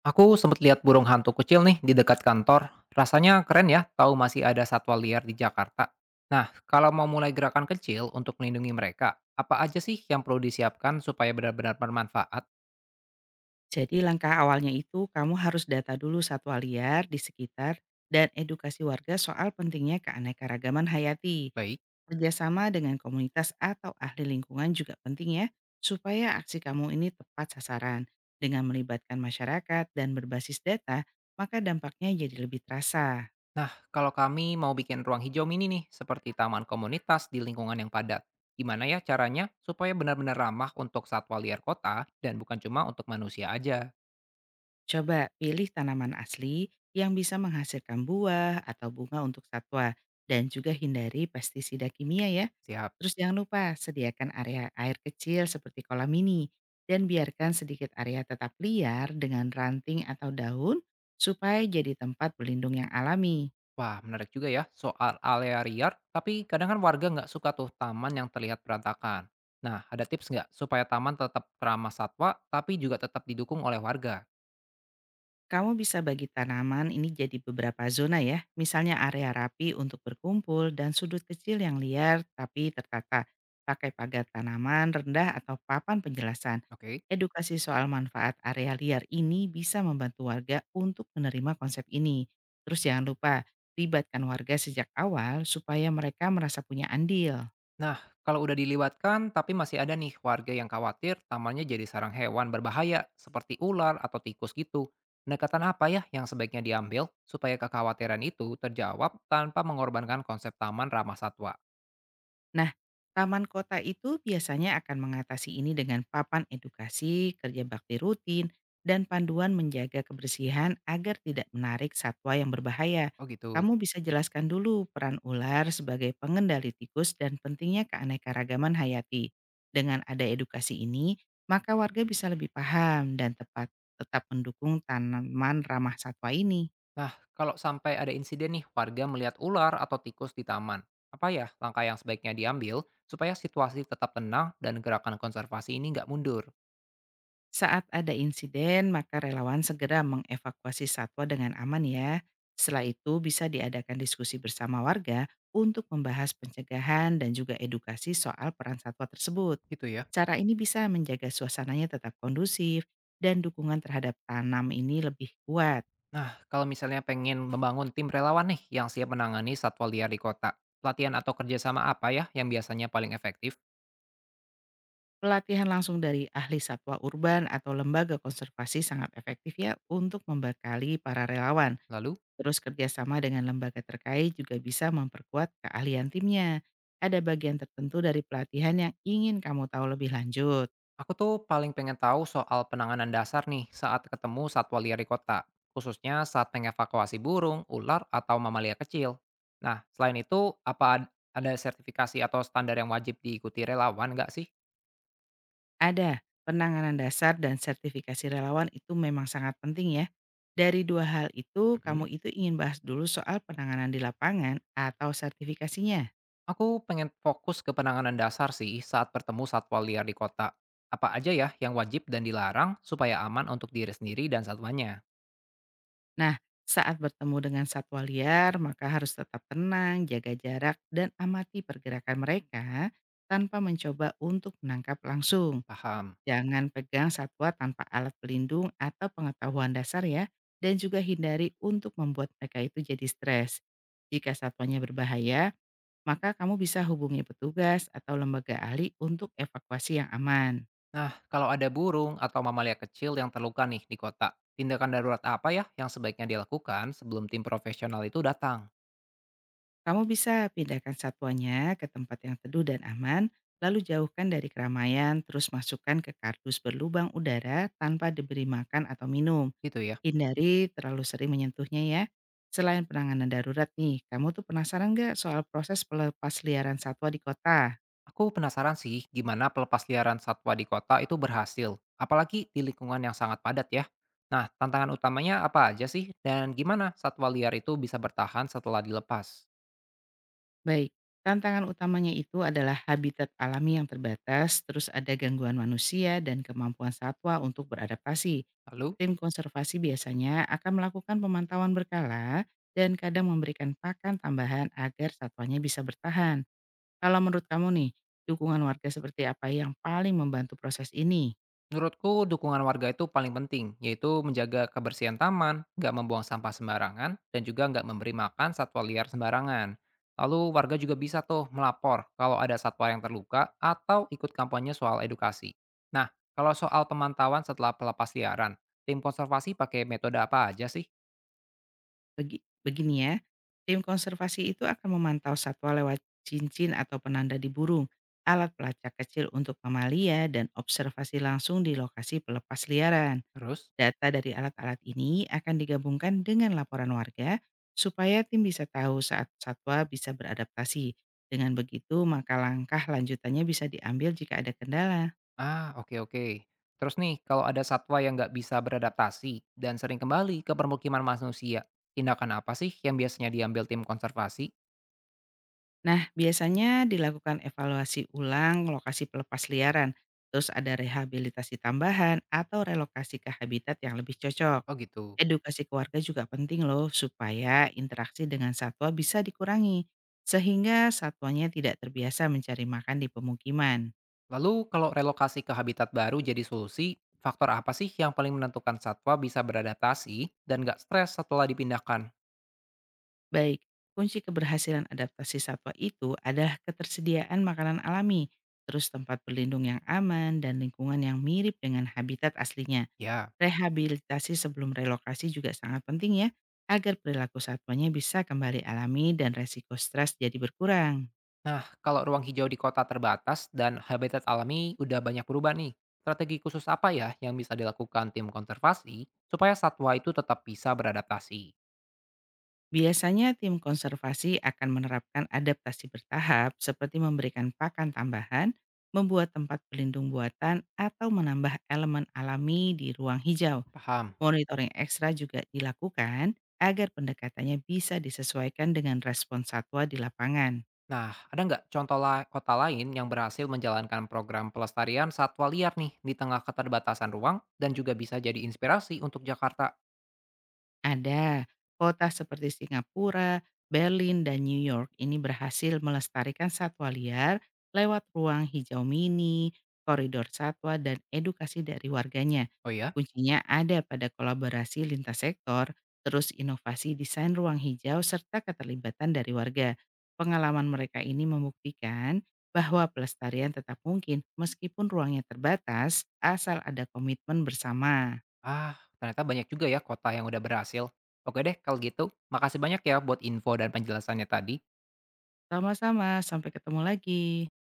Aku sempat lihat burung hantu kecil nih di dekat kantor. Rasanya keren ya, tahu masih ada satwa liar di Jakarta. Nah, kalau mau mulai gerakan kecil untuk melindungi mereka, apa aja sih yang perlu disiapkan supaya benar-benar bermanfaat? Jadi langkah awalnya itu kamu harus data dulu satwa liar di sekitar dan edukasi warga soal pentingnya keanekaragaman hayati. Baik. Kerjasama dengan komunitas atau ahli lingkungan juga penting ya, supaya aksi kamu ini tepat sasaran. Dengan melibatkan masyarakat dan berbasis data, maka dampaknya jadi lebih terasa. Nah, kalau kami mau bikin ruang hijau mini nih, seperti taman komunitas di lingkungan yang padat, gimana ya caranya supaya benar-benar ramah untuk satwa liar kota dan bukan cuma untuk manusia aja? Coba pilih tanaman asli yang bisa menghasilkan buah atau bunga untuk satwa, dan juga hindari pestisida kimia ya. Siap. Terus jangan lupa sediakan area air kecil seperti kolam mini dan biarkan sedikit area tetap liar dengan ranting atau daun supaya jadi tempat berlindung yang alami. Wah, menarik juga ya soal area liar, tapi kadang kan warga nggak suka tuh taman yang terlihat berantakan. Nah, ada tips nggak supaya taman tetap ramah satwa, tapi juga tetap didukung oleh warga? Kamu bisa bagi tanaman ini jadi beberapa zona ya, misalnya area rapi untuk berkumpul dan sudut kecil yang liar tapi tertata. Pakai pagar tanaman rendah atau papan penjelasan. Oke. Edukasi soal manfaat area liar ini bisa membantu warga untuk menerima konsep ini. Terus jangan lupa, libatkan warga sejak awal supaya mereka merasa punya andil. Nah, kalau udah dilewatkan, tapi masih ada nih warga yang khawatir tamannya jadi sarang hewan berbahaya, seperti ular atau tikus gitu. Pendekatan apa ya yang sebaiknya diambil supaya kekhawatiran itu terjawab tanpa mengorbankan konsep taman ramah satwa? Nah, taman kota itu biasanya akan mengatasi ini dengan papan edukasi, kerja bakti rutin, dan panduan menjaga kebersihan agar tidak menarik satwa yang berbahaya. Oh gitu. Kamu bisa jelaskan dulu peran ular sebagai pengendali tikus dan pentingnya keanekaragaman hayati. Dengan ada edukasi ini, maka warga bisa lebih paham dan tepat tetap mendukung tanaman ramah satwa ini. Nah, kalau sampai ada insiden nih warga melihat ular atau tikus di taman, apa ya langkah yang sebaiknya diambil supaya situasi tetap tenang dan gerakan konservasi ini nggak mundur? Saat ada insiden, maka relawan segera mengevakuasi satwa dengan aman ya. Setelah itu bisa diadakan diskusi bersama warga untuk membahas pencegahan dan juga edukasi soal peran satwa tersebut. Gitu ya. Cara ini bisa menjaga suasananya tetap kondusif dan dukungan terhadap tanam ini lebih kuat. Nah, kalau misalnya pengen membangun tim relawan nih yang siap menangani satwa liar di kota, pelatihan atau kerjasama apa ya yang biasanya paling efektif? Pelatihan langsung dari ahli satwa urban atau lembaga konservasi sangat efektif ya untuk membekali para relawan. Lalu? Terus kerjasama dengan lembaga terkait juga bisa memperkuat keahlian timnya. Ada bagian tertentu dari pelatihan yang ingin kamu tahu lebih lanjut. Aku tuh paling pengen tahu soal penanganan dasar nih saat ketemu satwa liar di kota, khususnya saat mengevakuasi burung, ular, atau mamalia kecil. Nah, selain itu, ada sertifikasi atau standar yang wajib diikuti relawan nggak sih? Ada, penanganan dasar dan sertifikasi relawan itu memang sangat penting ya. Dari dua hal itu, Mhm. kamu itu ingin bahas dulu soal penanganan di lapangan atau sertifikasinya. Aku pengen fokus ke penanganan dasar sih saat bertemu satwa liar di kota. Apa aja ya yang wajib dan dilarang supaya aman untuk diri sendiri dan satwanya? Nah, saat bertemu dengan satwa liar, maka harus tetap tenang, jaga jarak, dan amati pergerakan mereka tanpa mencoba untuk menangkap langsung. Paham. Jangan pegang satwa tanpa alat pelindung atau pengetahuan dasar ya, dan juga hindari untuk membuat mereka itu jadi stres. Jika satwanya berbahaya, maka kamu bisa hubungi petugas atau lembaga ahli untuk evakuasi yang aman. Nah, kalau ada burung atau mamalia kecil yang terluka nih di kota, tindakan darurat apa ya yang sebaiknya dilakukan sebelum tim profesional itu datang? Kamu bisa pindahkan satwanya ke tempat yang teduh dan aman, lalu jauhkan dari keramaian, terus masukkan ke kardus berlubang udara tanpa diberi makan atau minum. Gitu ya. Hindari terlalu sering menyentuhnya ya. Selain penanganan darurat nih, kamu tuh penasaran nggak soal proses pelepas liaran satwa di kota? Aku penasaran sih gimana pelepasliaran satwa di kota itu berhasil, apalagi di lingkungan yang sangat padat ya. Nah, tantangan utamanya apa aja sih dan gimana satwa liar itu bisa bertahan setelah dilepas? Baik, tantangan utamanya itu adalah habitat alami yang terbatas, terus ada gangguan manusia dan kemampuan satwa untuk beradaptasi. Lalu? Tim konservasi biasanya akan melakukan pemantauan berkala dan kadang memberikan pakan tambahan agar satwanya bisa bertahan. Kalau menurut kamu nih, dukungan warga seperti apa yang paling membantu proses ini? Menurutku dukungan warga itu paling penting, yaitu menjaga kebersihan taman, nggak membuang sampah sembarangan, dan juga nggak memberi makan satwa liar sembarangan. Lalu warga juga bisa tuh melapor kalau ada satwa yang terluka atau ikut kampanye soal edukasi. Nah, kalau soal pemantauan setelah pelepas liaran, tim konservasi pakai metode apa aja sih? Begini ya, tim konservasi itu akan memantau satwa lewat cincin atau penanda di burung, alat pelacak kecil untuk mamalia, dan observasi langsung di lokasi pelepas liaran. Terus? Data dari alat-alat ini akan digabungkan dengan laporan warga supaya tim bisa tahu saat satwa bisa beradaptasi. Dengan begitu, maka langkah lanjutannya bisa diambil jika ada kendala. Ah, oke oke. Terus nih, kalau ada satwa yang nggak bisa beradaptasi dan sering kembali ke permukiman manusia, tindakan apa sih yang biasanya diambil tim konservasi? Nah, biasanya dilakukan evaluasi ulang lokasi pelepas liaran, terus ada rehabilitasi tambahan atau relokasi ke habitat yang lebih cocok. Oh gitu. Edukasi keluarga juga penting loh supaya interaksi dengan satwa bisa dikurangi sehingga satwanya tidak terbiasa mencari makan di pemukiman. Lalu kalau relokasi ke habitat baru jadi solusi, faktor apa sih yang paling menentukan satwa bisa beradaptasi dan nggak stres setelah dipindahkan? Baik, kunci keberhasilan adaptasi satwa itu adalah ketersediaan makanan alami, terus tempat berlindung yang aman dan lingkungan yang mirip dengan habitat aslinya. Ya. Rehabilitasi sebelum relokasi juga sangat penting ya, agar perilaku satwanya bisa kembali alami dan resiko stres jadi berkurang. Nah, kalau ruang hijau di kota terbatas dan habitat alami udah banyak berubah nih, strategi khusus apa ya yang bisa dilakukan tim konservasi supaya satwa itu tetap bisa beradaptasi? Biasanya tim konservasi akan menerapkan adaptasi bertahap seperti memberikan pakan tambahan, membuat tempat pelindung buatan, atau menambah elemen alami di ruang hijau. Paham. Monitoring ekstra juga dilakukan agar pendekatannya bisa disesuaikan dengan respons satwa di lapangan. Nah, ada nggak kota lain yang berhasil menjalankan program pelestarian satwa liar nih di tengah keterbatasan ruang dan juga bisa jadi inspirasi untuk Jakarta? Ada. Kota seperti Singapura, Berlin, dan New York ini berhasil melestarikan satwa liar lewat ruang hijau mini, koridor satwa, dan edukasi dari warganya. Oh ya? Kuncinya ada pada kolaborasi lintas sektor, terus inovasi desain ruang hijau, serta keterlibatan dari warga. Pengalaman mereka ini membuktikan bahwa pelestarian tetap mungkin meskipun ruangnya terbatas, asal ada komitmen bersama. Ah, ternyata banyak juga ya kota yang udah berhasil. Oke deh, kalau gitu, makasih banyak ya buat info dan penjelasannya tadi. Sama-sama, sampai ketemu lagi.